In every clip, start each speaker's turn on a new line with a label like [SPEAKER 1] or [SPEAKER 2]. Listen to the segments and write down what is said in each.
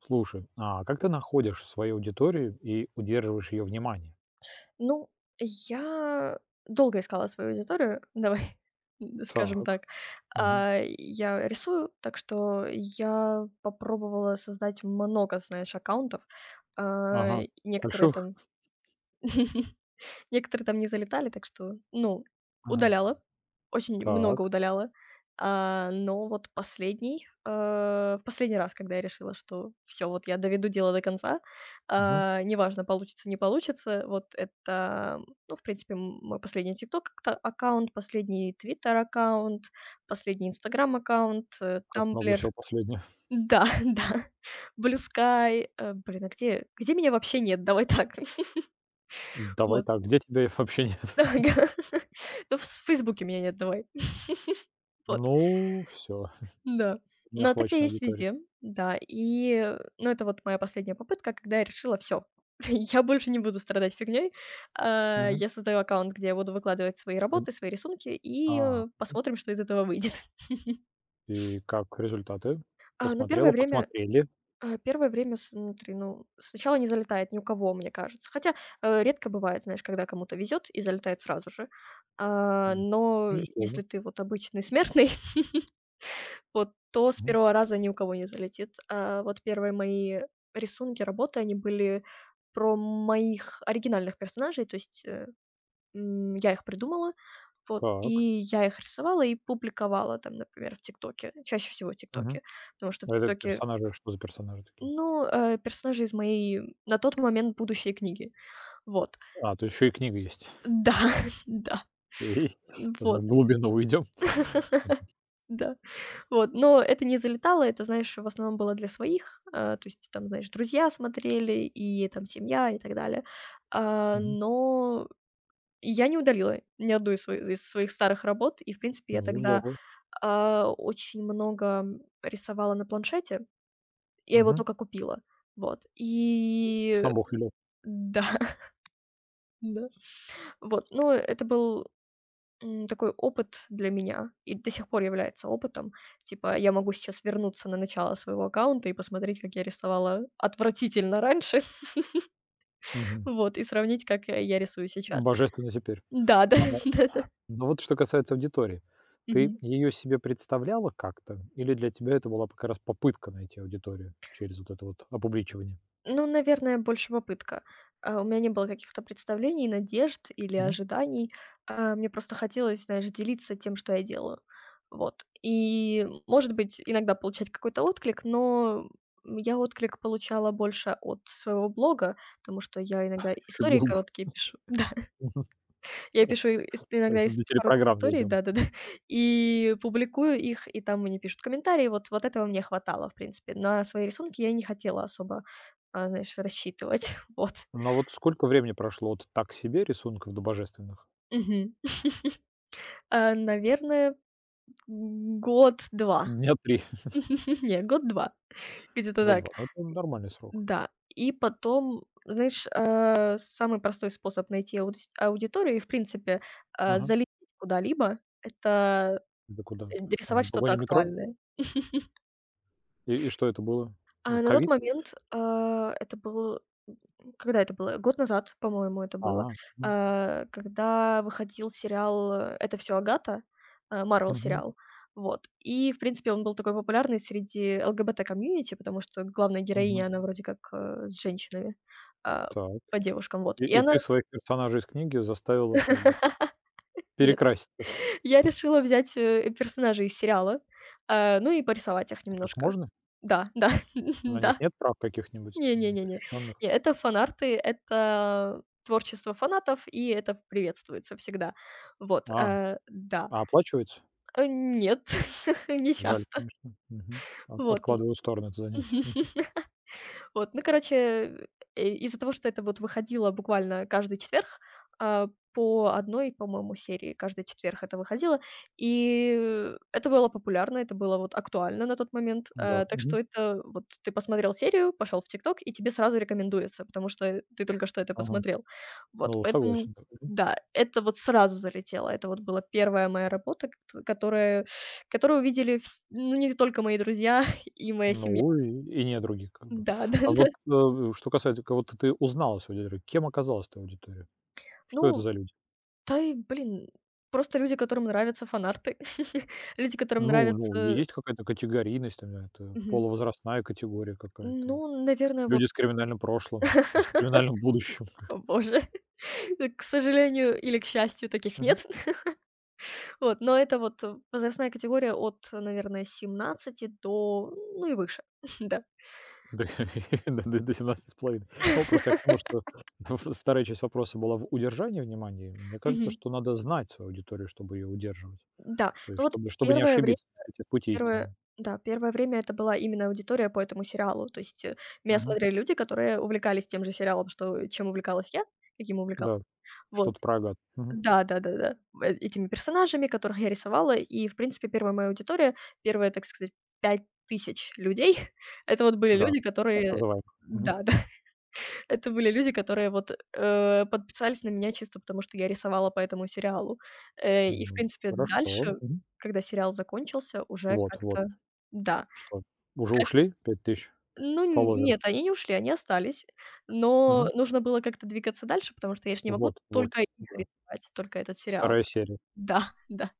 [SPEAKER 1] Слушай, а как ты находишь свою аудиторию и удерживаешь ее внимание?
[SPEAKER 2] Ну, я долго искала свою аудиторию, давай, скажем
[SPEAKER 1] Так,
[SPEAKER 2] так.
[SPEAKER 1] мгм,
[SPEAKER 2] Я рисую, так что я попробовала создать много, знаешь, аккаунтов. А,
[SPEAKER 1] ага,
[SPEAKER 2] некоторые
[SPEAKER 1] больших,
[SPEAKER 2] там Некоторые там не залетали, так что, ну,
[SPEAKER 1] ага,
[SPEAKER 2] удаляла, очень
[SPEAKER 1] так,
[SPEAKER 2] много удаляла. Но вот последний, последний раз, когда я решила, что все, вот я доведу дело до конца,
[SPEAKER 1] мгм.
[SPEAKER 2] неважно, получится, не получится, вот это, ну, в принципе, мой последний "Тикток" аккаунт, последний "Твиттер" аккаунт, последний "Инстаграм" аккаунт,
[SPEAKER 1] Как много
[SPEAKER 2] "Тамблер".
[SPEAKER 1] всего последнего.
[SPEAKER 2] Да, да, "Блю Скай". Блин, а где меня вообще нет? Давай так.
[SPEAKER 1] Давай
[SPEAKER 2] Вот.
[SPEAKER 1] так, где тебя вообще нет?
[SPEAKER 2] Да, га. Ну, в "Фейсбуке" меня нет, давай. Вот,
[SPEAKER 1] Ну, все,
[SPEAKER 2] да.
[SPEAKER 1] не
[SPEAKER 2] Но так я
[SPEAKER 1] охвачена
[SPEAKER 2] есть
[SPEAKER 1] аудитория.
[SPEAKER 2] везде, да. И, ну, это вот моя последняя попытка, когда я решила: всё, я больше не буду страдать фигней.
[SPEAKER 1] Мгм.
[SPEAKER 2] Я создаю аккаунт, где я буду выкладывать свои
[SPEAKER 1] Эн
[SPEAKER 2] работы, свои рисунки, и,
[SPEAKER 1] а,
[SPEAKER 2] посмотрим, что из этого выйдет.
[SPEAKER 1] и как результаты?
[SPEAKER 2] А, ну,
[SPEAKER 1] Посмотрела,
[SPEAKER 2] первое время
[SPEAKER 1] посмотрели.
[SPEAKER 2] Первое время смотри, ну, сначала не залетает ни у кого, мне кажется. Хотя, редко бывает, знаешь, когда кому-то везет и залетает сразу же.
[SPEAKER 1] М,
[SPEAKER 2] Но если
[SPEAKER 1] безусловно.
[SPEAKER 2] ты вот обычный смертный, вот, то с
[SPEAKER 1] Мгм.
[SPEAKER 2] первого раза ни у кого не залетит. Вот первые мои рисунки, работы, они были про моих оригинальных персонажей, то есть, я их придумала, вот, и
[SPEAKER 1] Так,
[SPEAKER 2] я их рисовала и публиковала там, например, в "Тиктоке", чаще всего в
[SPEAKER 1] мгм.
[SPEAKER 2] "Тиктоке", потому что в
[SPEAKER 1] А это
[SPEAKER 2] "Тиктоке"
[SPEAKER 1] персонажи, что за персонажи такие?
[SPEAKER 2] Ну, персонажи из моей на тот момент будущей книги. Вот.
[SPEAKER 1] А, тут еще и книга есть.
[SPEAKER 2] Да, да.
[SPEAKER 1] Эй, в
[SPEAKER 2] Вот.
[SPEAKER 1] глубину уйдем.
[SPEAKER 2] Да, вот. Но это не залетало, это, знаешь, в основном было для своих. То есть там, знаешь, друзья смотрели, и там семья, и так далее.
[SPEAKER 1] Мгм.
[SPEAKER 2] Но я не удалила ни одну из своих старых работ. И, в принципе, я
[SPEAKER 1] Ну,
[SPEAKER 2] тогда,
[SPEAKER 1] здорово.
[SPEAKER 2] очень много рисовала на планшете. Я его
[SPEAKER 1] Мгм.
[SPEAKER 2] только купила. Вот. И
[SPEAKER 1] Сам Бог велел.
[SPEAKER 2] да, да. Вот, ну, это был, такой опыт для меня и до сих пор является опытом. Типа, я могу сейчас вернуться на начало своего аккаунта и посмотреть, как я рисовала отвратительно раньше,
[SPEAKER 1] Мгм.
[SPEAKER 2] вот, и сравнить, как я рисую сейчас.
[SPEAKER 1] Божественно теперь.
[SPEAKER 2] Да, да,
[SPEAKER 1] А,
[SPEAKER 2] да-да.
[SPEAKER 1] ну вот что касается аудитории. Ты ее себе представляла как-то или для тебя это была как раз попытка найти аудиторию через вот это вот опубличивание?
[SPEAKER 2] Ну, наверное, больше попытка. У меня не было каких-то представлений, надежд или
[SPEAKER 1] Мгм.
[SPEAKER 2] ожиданий. Мне просто хотелось, знаешь, делиться тем, что я делаю. Вот. И, может быть, иногда получать какой-то отклик, но я отклик получала больше от своего блога, потому что я иногда
[SPEAKER 1] Фи
[SPEAKER 2] истории
[SPEAKER 1] блогу.
[SPEAKER 2] короткие пишу. Я пишу ис иногда
[SPEAKER 1] Щас до
[SPEAKER 2] ис короткие
[SPEAKER 1] телепрограмм
[SPEAKER 2] истории,
[SPEAKER 1] дойдем.
[SPEAKER 2] да-да-да, и публикую их, и там мне пишут комментарии. Вот этого мне хватало, в принципе. На свои рисунки я не хотела особо, знаешь, рассчитывать. Вот.
[SPEAKER 1] Но вот сколько времени прошло от "так себе" рисунков до "божественных"?
[SPEAKER 2] Мгм. Наверное, год-два.
[SPEAKER 1] Дня 3,
[SPEAKER 2] Не, год-два. Где-то
[SPEAKER 1] вот
[SPEAKER 2] так.
[SPEAKER 1] 2. Ну, это нормальный срок.
[SPEAKER 2] Да. И потом, знаешь, самый простой способ найти аудис аудиторию и, в принципе,
[SPEAKER 1] Ага.
[SPEAKER 2] залететь куда-либо- это
[SPEAKER 1] Это куда?
[SPEAKER 2] рисовать
[SPEAKER 1] В
[SPEAKER 2] что-то
[SPEAKER 1] вагоне метро?
[SPEAKER 2] актуальное.
[SPEAKER 1] И что это было? Ну,
[SPEAKER 2] На тот
[SPEAKER 1] Ковид?
[SPEAKER 2] момент, это был м, когда это было? Год назад, по-моему, это было,
[SPEAKER 1] А, м,
[SPEAKER 2] когда выходил сериал, "Это все Агата", Марвел
[SPEAKER 1] мгм,
[SPEAKER 2] сериал. Вот. И, в принципе, он был такой популярный среди ЛГБТ-комьюнити, потому что главная
[SPEAKER 1] мгм.
[SPEAKER 2] героиня, она вроде как, с женщинами, а,
[SPEAKER 1] Так.
[SPEAKER 2] по девушкам, вот.
[SPEAKER 1] И
[SPEAKER 2] И
[SPEAKER 1] и
[SPEAKER 2] она
[SPEAKER 1] ты своих персонажей из книги заставила как бы
[SPEAKER 2] нет.
[SPEAKER 1] перекраситься.
[SPEAKER 2] Я решила взять, персонажей из сериала, ну и порисовать их
[SPEAKER 1] Так
[SPEAKER 2] немножко.
[SPEAKER 1] можно?
[SPEAKER 2] Да, да,
[SPEAKER 1] На них
[SPEAKER 2] да.
[SPEAKER 1] нет прав каких-нибудь
[SPEAKER 2] Не не
[SPEAKER 1] там
[SPEAKER 2] не не.
[SPEAKER 1] защищенных?
[SPEAKER 2] Не, это фанарты, это творчество фанатов, и это приветствуется всегда. Вот,
[SPEAKER 1] А,
[SPEAKER 2] да.
[SPEAKER 1] а, оплачивается?
[SPEAKER 2] Нет, не
[SPEAKER 1] Жаль,
[SPEAKER 2] часто.
[SPEAKER 1] конечно. Мгм. От
[SPEAKER 2] Вот,
[SPEAKER 1] откладываю в сторону это занятие. М,
[SPEAKER 2] вот, ну, короче, из-за того, что это вот выходило буквально каждый четверг, по одной, по-моему, серии каждый четверг это выходило, и это было популярно, это было вот актуально на тот момент.
[SPEAKER 1] да.
[SPEAKER 2] Так
[SPEAKER 1] Мгм.
[SPEAKER 2] что это вот ты посмотрел серию, пошел в "Тикток", и тебе сразу рекомендуется, потому что ты только что это
[SPEAKER 1] Ага.
[SPEAKER 2] посмотрел. Вот,
[SPEAKER 1] Ну,
[SPEAKER 2] поэтому
[SPEAKER 1] согласен. Мгм.
[SPEAKER 2] да, это вот сразу залетело. Это вот была первая моя работа, кт которая которую увидели вс ну, не только мои друзья и моя семья.
[SPEAKER 1] Ну и не других, как бы.
[SPEAKER 2] Да,
[SPEAKER 1] А вот,
[SPEAKER 2] да-да.
[SPEAKER 1] что касается кого ты узнала свою аудиторию, кем оказалась твоя аудитория? Что это
[SPEAKER 2] Ну,
[SPEAKER 1] за люди?
[SPEAKER 2] Да и, блин, просто люди, которым нравятся фанарты, люди, которым
[SPEAKER 1] Ну,
[SPEAKER 2] нравятся
[SPEAKER 1] есть какая-то категорийность, там, да, это
[SPEAKER 2] Мгм.
[SPEAKER 1] полувозрастная категория какая-то,
[SPEAKER 2] Ну, наверное, вот,
[SPEAKER 1] люди с криминальным прошлым, с криминальным будущим?
[SPEAKER 2] о боже, к сожалению или к счастью, таких
[SPEAKER 1] Мгм.
[SPEAKER 2] нет. Вот, но это вот возрастная категория от, наверное, 17 до, ну, и выше. Да.
[SPEAKER 1] До до 17 с половиной. Ну, просто я к тому, что в вторая часть вопроса была в удержании внимания. Мне кажется,
[SPEAKER 2] Мгм.
[SPEAKER 1] что надо знать свою аудиторию, чтобы ее удерживать.
[SPEAKER 2] Да.
[SPEAKER 1] То есть
[SPEAKER 2] Ну вот
[SPEAKER 1] чтобы не
[SPEAKER 2] первое время
[SPEAKER 1] ошибиться, так сказать, в пути
[SPEAKER 2] первое
[SPEAKER 1] истинном.
[SPEAKER 2] да, первое время это была именно аудитория по этому сериалу. То есть, меня
[SPEAKER 1] Мгм.
[SPEAKER 2] смотрели люди, которые увлекались тем же сериалом, что чем увлекалась я, каким увлекалась.
[SPEAKER 1] Да.
[SPEAKER 2] Вот.
[SPEAKER 1] Что-то про агат. Мгм.
[SPEAKER 2] Да, да-да-да, этими персонажами, которых я рисовала. И, в принципе, первая моя аудитория, первые, так сказать, 5000 людей, это вот были
[SPEAKER 1] Да,
[SPEAKER 2] люди,
[SPEAKER 1] так
[SPEAKER 2] которые
[SPEAKER 1] называемых. Мгм.
[SPEAKER 2] да, да, это были люди, которые вот, подписались на меня чисто потому, что я рисовала по этому сериалу. И, в
[SPEAKER 1] Ну,
[SPEAKER 2] принципе,
[SPEAKER 1] хорошо.
[SPEAKER 2] дальше,
[SPEAKER 1] Мгм.
[SPEAKER 2] когда сериал закончился, уже
[SPEAKER 1] Вот, вот.
[SPEAKER 2] как-то да,
[SPEAKER 1] Что, уже
[SPEAKER 2] как
[SPEAKER 1] ушли 5000
[SPEAKER 2] ну,
[SPEAKER 1] фолловеров?
[SPEAKER 2] нет, они не ушли, они остались, но
[SPEAKER 1] Мгм.
[SPEAKER 2] нужно было как-то двигаться дальше, потому что я же не могу
[SPEAKER 1] Вот, вот,
[SPEAKER 2] только их
[SPEAKER 1] да.
[SPEAKER 2] рисовать, только этот сериал.
[SPEAKER 1] 2 серия.
[SPEAKER 2] Да, да.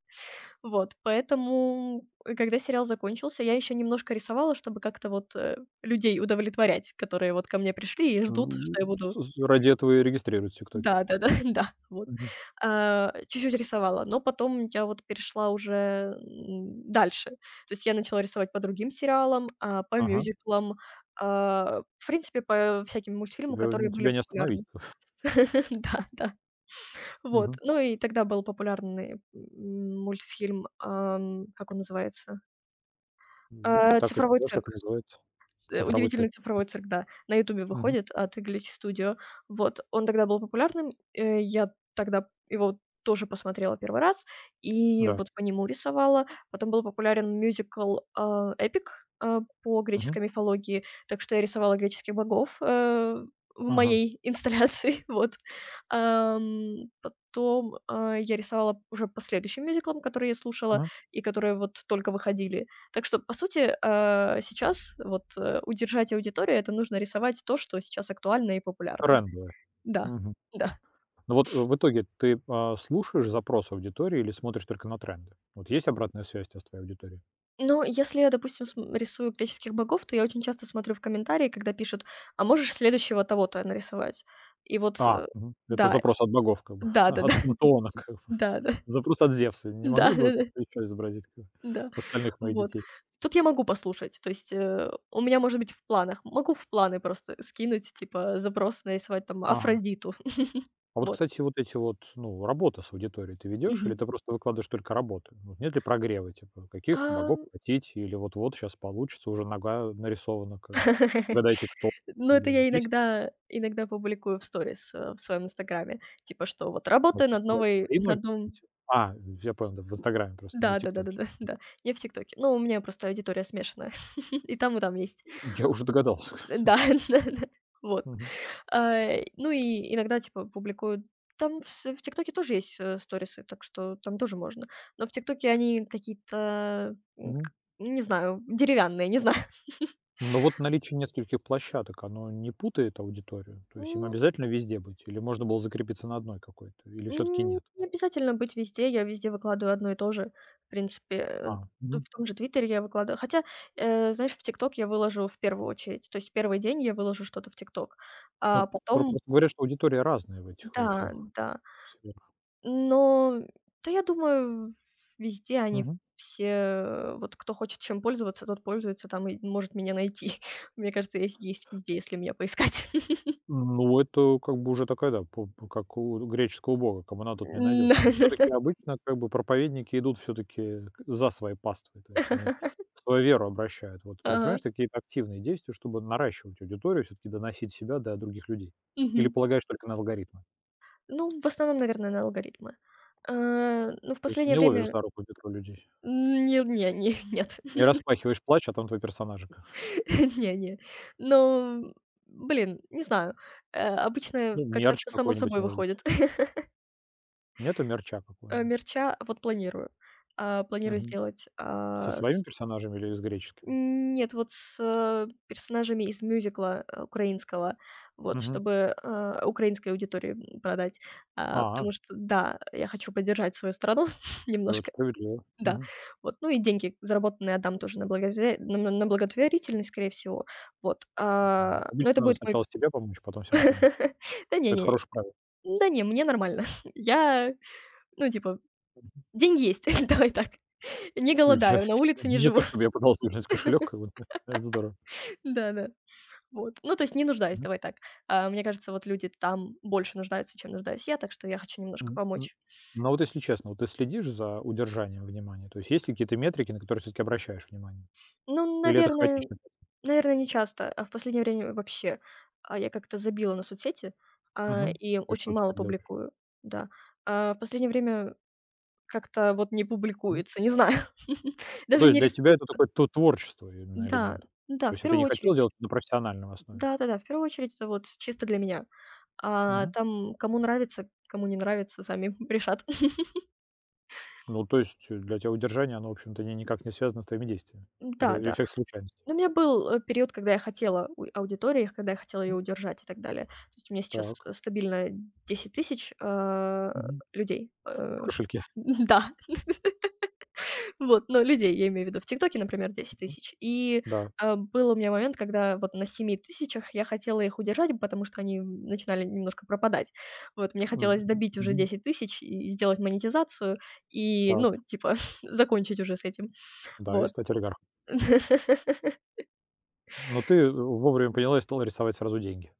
[SPEAKER 2] Вот, поэтому, когда сериал закончился, я еще немножко рисовала, чтобы как-то вот, людей удовлетворять, которые вот ко мне пришли и ждут,
[SPEAKER 1] М,
[SPEAKER 2] что я буду
[SPEAKER 1] с ради этого и регистрируют в "Тиктоке".
[SPEAKER 2] Да-да-да, да, да, да, вот.
[SPEAKER 1] Мгм.
[SPEAKER 2] Чуть-чуть рисовала, но потом я вот перешла уже, дальше. То есть я начала рисовать по другим сериалам, по
[SPEAKER 1] Ага.
[SPEAKER 2] мюзиклам, в принципе, по всяким мультфильмам,
[SPEAKER 1] Тебя не
[SPEAKER 2] которые были
[SPEAKER 1] тебя не остановить.
[SPEAKER 2] популярны. Да, да. Вот.
[SPEAKER 1] Мгм.
[SPEAKER 2] Ну и тогда был популярный, мультфильм, как он называется?
[SPEAKER 1] Мгм. Так это
[SPEAKER 2] "Цифровой
[SPEAKER 1] тоже так
[SPEAKER 2] цирк",
[SPEAKER 1] и называется.
[SPEAKER 2] ц
[SPEAKER 1] Цифровой цирк.
[SPEAKER 2] "Удивительный цифровой цирк", да. На "Ютубе"
[SPEAKER 1] Мгм.
[SPEAKER 2] выходит от Glitch Studio. Вот, он тогда был популярным, я тогда его тоже посмотрела первый раз и
[SPEAKER 1] Да.
[SPEAKER 2] вот по нему рисовала. Потом был популярен мюзикл, "Эпик", по
[SPEAKER 1] Мгм.
[SPEAKER 2] греческой мифологии, так что я рисовала греческих богов, в
[SPEAKER 1] Ага.
[SPEAKER 2] моей инсталляции, вот. Потом, я рисовала уже по следующим мюзиклам, которые я слушала
[SPEAKER 1] Ага.
[SPEAKER 2] и которые вот только выходили. Так что, по сути, сейчас вот, удержать аудиторию- это нужно рисовать то, что сейчас актуально и популярно.
[SPEAKER 1] Трендовая.
[SPEAKER 2] Да,
[SPEAKER 1] Мгм.
[SPEAKER 2] да.
[SPEAKER 1] Ну вот, в итоге ты, слушаешь запрос аудитории или смотришь только на тренды? Вот есть обратная связь у тя с твоей аудиторией?
[SPEAKER 2] Но если я, допустим, см рисую греческих богов, то я очень часто смотрю в комментарии, когда пишут: "А можешь следующего того-то нарисовать?" И вот,
[SPEAKER 1] А, мгм. Это
[SPEAKER 2] да,
[SPEAKER 1] запрос от богов как бы, от
[SPEAKER 2] да-да-да,
[SPEAKER 1] пантеона как бы.
[SPEAKER 2] да-да, да-да-да,
[SPEAKER 1] Запрос от Зевса. Не
[SPEAKER 2] да.
[SPEAKER 1] могли
[SPEAKER 2] да,
[SPEAKER 1] бы вы
[SPEAKER 2] да,
[SPEAKER 1] тут
[SPEAKER 2] да,
[SPEAKER 1] еще изобразить, как бы,
[SPEAKER 2] да, да,
[SPEAKER 1] остальных моих
[SPEAKER 2] Вот.
[SPEAKER 1] детей?
[SPEAKER 2] Тут я могу послушать, то есть, у меня, может быть, в планах, могу в планы просто скинуть, типа, запрос нарисовать там
[SPEAKER 1] Ага.
[SPEAKER 2] Афродиту.
[SPEAKER 1] А вот,
[SPEAKER 2] Вот.
[SPEAKER 1] кстати, вот эти вот, ну, работа с аудиторией ты ведешь или
[SPEAKER 2] Мгм.
[SPEAKER 1] ты просто выкладываешь только работы? Вот нет ли прогрева, типа, каких богов
[SPEAKER 2] Ам,
[SPEAKER 1] хотите или вот-вот сейчас получится, уже нога нарисована как бы, угадайте кто
[SPEAKER 2] ну,
[SPEAKER 1] и так
[SPEAKER 2] это
[SPEAKER 1] далее.
[SPEAKER 2] я
[SPEAKER 1] Есть
[SPEAKER 2] иногда публикую в сторис, в своем инстаграме, типа, что вот работаю
[SPEAKER 1] возможность
[SPEAKER 2] над
[SPEAKER 1] рисовать
[SPEAKER 2] новой
[SPEAKER 1] свои ноги?
[SPEAKER 2] над новым
[SPEAKER 1] А, я понял, да, в "Инстаграме" просто, не в
[SPEAKER 2] Да да да да
[SPEAKER 1] "ТикТоке".
[SPEAKER 2] да да, я в "Тиктоке". Ну, у меня просто аудитория смешанная, и там есть.
[SPEAKER 1] Я уже догадался.
[SPEAKER 2] Да, да-да, вот.
[SPEAKER 1] Мгм.
[SPEAKER 2] А, ну и иногда, типа, публикую там вс в "Тиктоке" тоже есть, сторисы, так что там тоже можно. Но в "Тиктоке" они какие-то, м,
[SPEAKER 1] Мгм.
[SPEAKER 2] к не знаю, деревянные, не знаю.
[SPEAKER 1] Но вот наличие нескольких площадок, оно не путает аудиторию? То есть им обязательно везде быть или можно было закрепиться на одной какой-то, или все таки нет?
[SPEAKER 2] Не обязательно быть везде. Я везде выкладываю одно и то же. В принципе,
[SPEAKER 1] А, мгм.
[SPEAKER 2] в том же "Твиттере" я выкладываю. Хотя, знаешь, в "ТикТок" я выложу в первую очередь. То есть первый день я выложу что-то в "ТикТок",
[SPEAKER 1] Ну,
[SPEAKER 2] а
[SPEAKER 1] про
[SPEAKER 2] потом
[SPEAKER 1] просто говорят, что аудитория разная в этих во
[SPEAKER 2] да,
[SPEAKER 1] всех
[SPEAKER 2] да.
[SPEAKER 1] сферах.
[SPEAKER 2] Но, да, я думаю, везде они
[SPEAKER 1] Мгм.
[SPEAKER 2] все, вот кто хочет чем пользоваться, тот пользуется там и может меня найти. Мне кажется, есть везде, если меня поискать.
[SPEAKER 1] Ну, это как бы уже такая, да, по как у греческого бога, кому она тут не найдет. Но все
[SPEAKER 2] да-да-да.
[SPEAKER 1] таки обычно как бы проповедники идут все-таки за своей паствой, то есть они свою веру обращают. Вот предпринимаешь
[SPEAKER 2] Ага.
[SPEAKER 1] такие активные действия, чтобы наращивать аудиторию, все-таки доносить себя до других людей? Или
[SPEAKER 2] Мгм.
[SPEAKER 1] полагаешь только на алгоритмы?
[SPEAKER 2] Ну, в основном, наверное, на алгоритмы. Ну, в
[SPEAKER 1] То есть
[SPEAKER 2] последнее
[SPEAKER 1] не ловишь
[SPEAKER 2] время
[SPEAKER 1] за руку Петру людей,
[SPEAKER 2] не не не нет.
[SPEAKER 1] не распахиваешь плащ, а там твой персонажик.
[SPEAKER 2] Не не. Но, блин, не знаю. Обычно
[SPEAKER 1] Ну,
[SPEAKER 2] как-то
[SPEAKER 1] мерч
[SPEAKER 2] все само
[SPEAKER 1] какой-нибудь,
[SPEAKER 2] собой
[SPEAKER 1] может быть.
[SPEAKER 2] выходит.
[SPEAKER 1] Нету мерча какого-нибудь?
[SPEAKER 2] Мерча вот планирую. Планирую
[SPEAKER 1] Мгм.
[SPEAKER 2] сделать,
[SPEAKER 1] Со своими
[SPEAKER 2] с
[SPEAKER 1] персонажами или с греческими?
[SPEAKER 2] нет, вот с, персонажами из мюзикла, украинского, вот,
[SPEAKER 1] Мгм.
[SPEAKER 2] чтобы, украинской аудитории, продать.
[SPEAKER 1] А,
[SPEAKER 2] Потому что, да, я хочу поддержать свою страну
[SPEAKER 1] ну, это
[SPEAKER 2] немножко.
[SPEAKER 1] справедливо.
[SPEAKER 2] Да,
[SPEAKER 1] Мгм.
[SPEAKER 2] вот, ну и деньги, заработанные, отдам тоже на благотворительность, скорее всего. Вот,
[SPEAKER 1] Ну,
[SPEAKER 2] но
[SPEAKER 1] обычно
[SPEAKER 2] это
[SPEAKER 1] надо
[SPEAKER 2] будет
[SPEAKER 1] сначала
[SPEAKER 2] мой
[SPEAKER 1] себе помочь, потом всем остальным.
[SPEAKER 2] Да не
[SPEAKER 1] Это
[SPEAKER 2] не,
[SPEAKER 1] хорошее правило.
[SPEAKER 2] да не, мне нормально. Я, ну, типа, деньги есть, давай так. Не голодаю, на улице не
[SPEAKER 1] Я не то
[SPEAKER 2] живу.
[SPEAKER 1] чтобы я пытался вернуть кошелек, как бы, это здорово.
[SPEAKER 2] Да-да. Вот, ну, то есть не нуждаюсь,
[SPEAKER 1] Мгм.
[SPEAKER 2] давай так. Мне кажется, вот люди там больше нуждаются, чем нуждаюсь я, так что я хочу немножко
[SPEAKER 1] М, м.
[SPEAKER 2] помочь.
[SPEAKER 1] Но вот если честно, вот ты следишь за удержанием внимания? То есть есть ли какие-то метрики, на которые всё-таки обращаешь внимание?
[SPEAKER 2] Ну,
[SPEAKER 1] Или это
[SPEAKER 2] наверное
[SPEAKER 1] хаотично?
[SPEAKER 2] Наверное, не часто, а в последнее время вообще. Я как-то забила на соцсети,
[SPEAKER 1] Мгм.
[SPEAKER 2] и
[SPEAKER 1] И
[SPEAKER 2] очень
[SPEAKER 1] что
[SPEAKER 2] мало
[SPEAKER 1] теперь делаешь?
[SPEAKER 2] публикую, да. В последнее время как-то вот не
[SPEAKER 1] Мгм.
[SPEAKER 2] публикуется, не знаю,
[SPEAKER 1] Ну, то
[SPEAKER 2] даже
[SPEAKER 1] есть
[SPEAKER 2] не
[SPEAKER 1] для тебя это
[SPEAKER 2] рисуется.
[SPEAKER 1] такое то творчество именно
[SPEAKER 2] Да,
[SPEAKER 1] элемент.
[SPEAKER 2] да,
[SPEAKER 1] То
[SPEAKER 2] в
[SPEAKER 1] есть это
[SPEAKER 2] первую
[SPEAKER 1] не хотел
[SPEAKER 2] очередь.
[SPEAKER 1] сделать на профессиональном основе?
[SPEAKER 2] Да-да-да, в первую очередь это вот чисто для меня. А
[SPEAKER 1] Мгм.
[SPEAKER 2] там кому нравится, кому не нравится, сами решат.
[SPEAKER 1] Ну, то есть, для тебя удержание, оно, в общем-то, ни никак не связано с твоими действиями. Это
[SPEAKER 2] Да-да.
[SPEAKER 1] эффект случайности.
[SPEAKER 2] Ну, у меня был, период, когда я хотела у аудитории, когда я хотела ее
[SPEAKER 1] М.
[SPEAKER 2] удержать и так далее. То есть у меня сейчас,
[SPEAKER 1] Так.
[SPEAKER 2] стабильно 10 000
[SPEAKER 1] Мгм.
[SPEAKER 2] людей.
[SPEAKER 1] В кошельке,
[SPEAKER 2] Да, вот, но людей, я имею в виду. В "Тиктоке", например, 10 000. И,
[SPEAKER 1] да.
[SPEAKER 2] был у меня момент, когда вот на 7000 я хотела их удержать, потому что они, начинали немножко пропадать. Вот, мне
[SPEAKER 1] М.
[SPEAKER 2] хотелось добить уже
[SPEAKER 1] Мгм.
[SPEAKER 2] 10 000 и сделать монетизацию, и, ну,
[SPEAKER 1] Так.
[SPEAKER 2] типа, закончить уже с этим.
[SPEAKER 1] Да, и
[SPEAKER 2] Вот.
[SPEAKER 1] стать олигархом. Но ты, вовремя поняла и стала рисовать сразу деньги.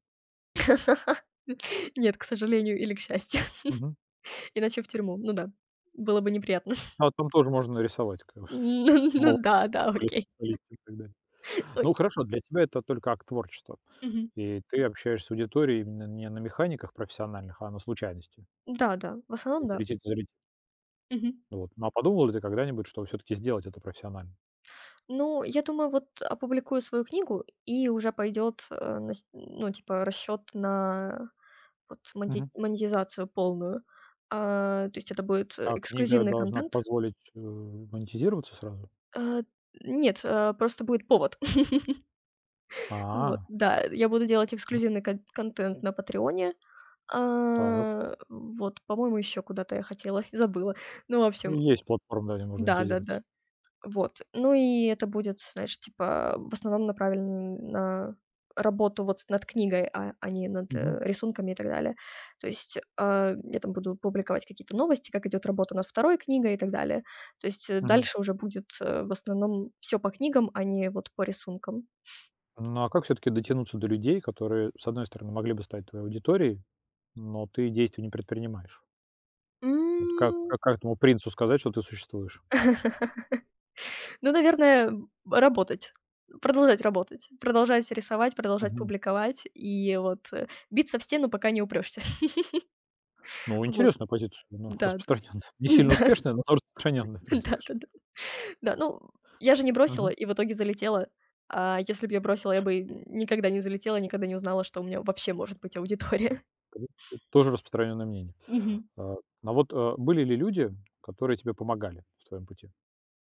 [SPEAKER 2] Нет, к сожалению или к счастью.
[SPEAKER 1] Мгм.
[SPEAKER 2] Иначе в тюрьму. Ну да, было бы неприятно.
[SPEAKER 1] А там тоже можно рисовать, как бы,
[SPEAKER 2] Ну ну
[SPEAKER 1] молоток
[SPEAKER 2] да, да,
[SPEAKER 1] по ли
[SPEAKER 2] окей,
[SPEAKER 1] по листьям и так далее. Ну,
[SPEAKER 2] окей.
[SPEAKER 1] хорошо, для тебя это только акт творчества.
[SPEAKER 2] Мгм.
[SPEAKER 1] И ты общаешься с аудиторией именно не на механиках профессиональных, а на случайности.
[SPEAKER 2] Да-да, в
[SPEAKER 1] То
[SPEAKER 2] основном
[SPEAKER 1] есть
[SPEAKER 2] да.
[SPEAKER 1] летит и залетит.
[SPEAKER 2] Мгм.
[SPEAKER 1] Вот. Ну, а подумал ли ты когда-нибудь, что все таки сделать это профессионально?
[SPEAKER 2] Ну, я думаю, вот опубликую свою книгу, и уже пойдет, нас ну, типа, расчет на вот монти
[SPEAKER 1] Мгм.
[SPEAKER 2] монетизацию полную. То есть это будет,
[SPEAKER 1] А книга
[SPEAKER 2] эксклюзивный
[SPEAKER 1] должна
[SPEAKER 2] контент.
[SPEAKER 1] позволить, монетизироваться сразу?
[SPEAKER 2] Э, нет, просто будет повод. Вот,
[SPEAKER 1] А,
[SPEAKER 2] да, я буду делать эксклюзивный контент на "Патреоне".
[SPEAKER 1] так.
[SPEAKER 2] Вот, по-моему, еще куда-то я хотела, забыла. Ну, в
[SPEAKER 1] Ну,
[SPEAKER 2] общем,
[SPEAKER 1] есть платформа, да, где можно монетизироваться.
[SPEAKER 2] да-да-да. Вот. Ну и это будет, знаешь, типа, в основном направлено на работу вот над книгой, а не над,
[SPEAKER 1] Мгм,
[SPEAKER 2] рисунками и так далее. То есть, я там буду публиковать какие-то новости, как идет работа над второй книгой и так далее. То есть,
[SPEAKER 1] мгм.
[SPEAKER 2] дальше уже будет, в основном все по книгам, а не вот по рисункам.
[SPEAKER 1] Ну, а как все таки дотянуться до людей, которые, с одной стороны, могли бы стать твоей аудиторией, но ты действий не предпринимаешь? Вот как
[SPEAKER 2] М.
[SPEAKER 1] как как этому принцу сказать, что ты существуешь?
[SPEAKER 2] Ну, наверное, работать. Продолжать работать. Продолжать рисовать, продолжать
[SPEAKER 1] Мгм.
[SPEAKER 2] публиковать и вот, биться в стену, пока не упрешься.
[SPEAKER 1] Ну,
[SPEAKER 2] Вот.
[SPEAKER 1] интересная позиция, но
[SPEAKER 2] Да-да.
[SPEAKER 1] распространенная. Не сильно
[SPEAKER 2] Да,
[SPEAKER 1] успешная, но распространенная,
[SPEAKER 2] да-да-да.
[SPEAKER 1] прям
[SPEAKER 2] Да,
[SPEAKER 1] скажем.
[SPEAKER 2] да, да. Да, ну, я же не бросила
[SPEAKER 1] Мгм.
[SPEAKER 2] и в итоге залетела. А если б я бросила, я бы никогда не залетела, никогда не узнала, что у меня вообще может быть аудитория.
[SPEAKER 1] Это тоже распространенное мнение.
[SPEAKER 2] Мгм.
[SPEAKER 1] А, но вот, были ли люди, которые тебе помогали в твоем пути?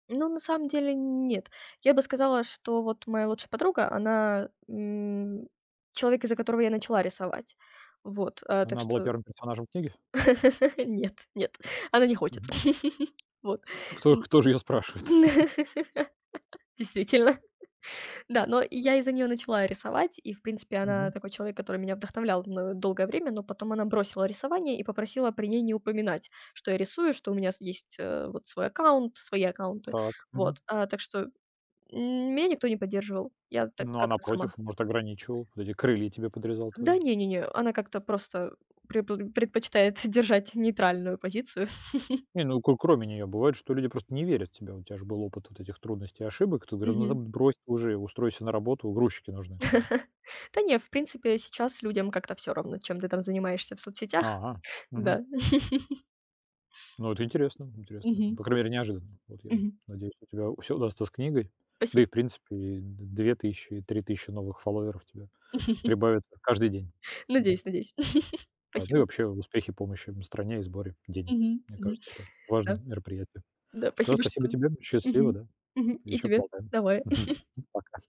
[SPEAKER 2] Ну, на самом деле нет. Я бы сказала, что вот моя лучшая подруга, она, человек, из-за которого я начала рисовать. Вот, так
[SPEAKER 1] Она была
[SPEAKER 2] что
[SPEAKER 1] первым персонажем книги?
[SPEAKER 2] Нет, нет, она не хочет.
[SPEAKER 1] Мгм.
[SPEAKER 2] Вот.
[SPEAKER 1] Кто
[SPEAKER 2] М.
[SPEAKER 1] кто же её спрашивает?
[SPEAKER 2] Действительно. Да, но я из-за нее начала рисовать, и, в принципе, она
[SPEAKER 1] Мгм.
[SPEAKER 2] такой человек, который меня вдохновлял н долгое время, но потом она бросила рисование и попросила при ней не упоминать, что я рисую, что у меня с есть, вот свой аккаунт, свои аккаунты.
[SPEAKER 1] Так. Мгм.
[SPEAKER 2] Вот, так что, меня никто не поддерживал. Я так
[SPEAKER 1] Ну, а
[SPEAKER 2] как-то сама.
[SPEAKER 1] напротив, может, ограничивал, вот эти крылья тебе подрезал
[SPEAKER 2] Да
[SPEAKER 1] твои.
[SPEAKER 2] не, она как-то просто препл предпочитает держать нейтральную позицию.
[SPEAKER 1] Не, ну, кр кроме нее бывает, что люди просто не верят в тебя. У тебя же был опыт вот этих трудностей и ошибок. Тут говорил, "Ну, заб
[SPEAKER 2] Мгм.
[SPEAKER 1] брось ты уже, устройся на работу, грузчики нужны как бы".
[SPEAKER 2] Да не, в принципе, сейчас людям как-то все равно, чем ты там занимаешься в соцсетях.
[SPEAKER 1] Ага. Мгм.
[SPEAKER 2] Да.
[SPEAKER 1] Ну, это интересно, интересно. Это,
[SPEAKER 2] Мгм.
[SPEAKER 1] по крайней мере, неожиданно. Вот я
[SPEAKER 2] Мгм.
[SPEAKER 1] надеюсь, у тебя все удастся с книгой. Да
[SPEAKER 2] Спасибо.
[SPEAKER 1] и, в принципе, и д 2000, и 3000 новых фолловеров тебе прибавится каждый день. Ну
[SPEAKER 2] Надеюсь,
[SPEAKER 1] вот.
[SPEAKER 2] надеюсь.
[SPEAKER 1] А, ну и
[SPEAKER 2] Спасибо.
[SPEAKER 1] вообще успехи, помощи стране и сборе денег.
[SPEAKER 2] Мгм.
[SPEAKER 1] Мне
[SPEAKER 2] Мгм.
[SPEAKER 1] кажется, это
[SPEAKER 2] Да,
[SPEAKER 1] важное мероприятие.
[SPEAKER 2] да,
[SPEAKER 1] Да,
[SPEAKER 2] спасибо, что
[SPEAKER 1] спасибо тебе. Счастливо,
[SPEAKER 2] Мгм.
[SPEAKER 1] да.
[SPEAKER 2] Мгм. И
[SPEAKER 1] Еще
[SPEAKER 2] тебе.
[SPEAKER 1] поболтаем.
[SPEAKER 2] Давай.
[SPEAKER 1] Пока.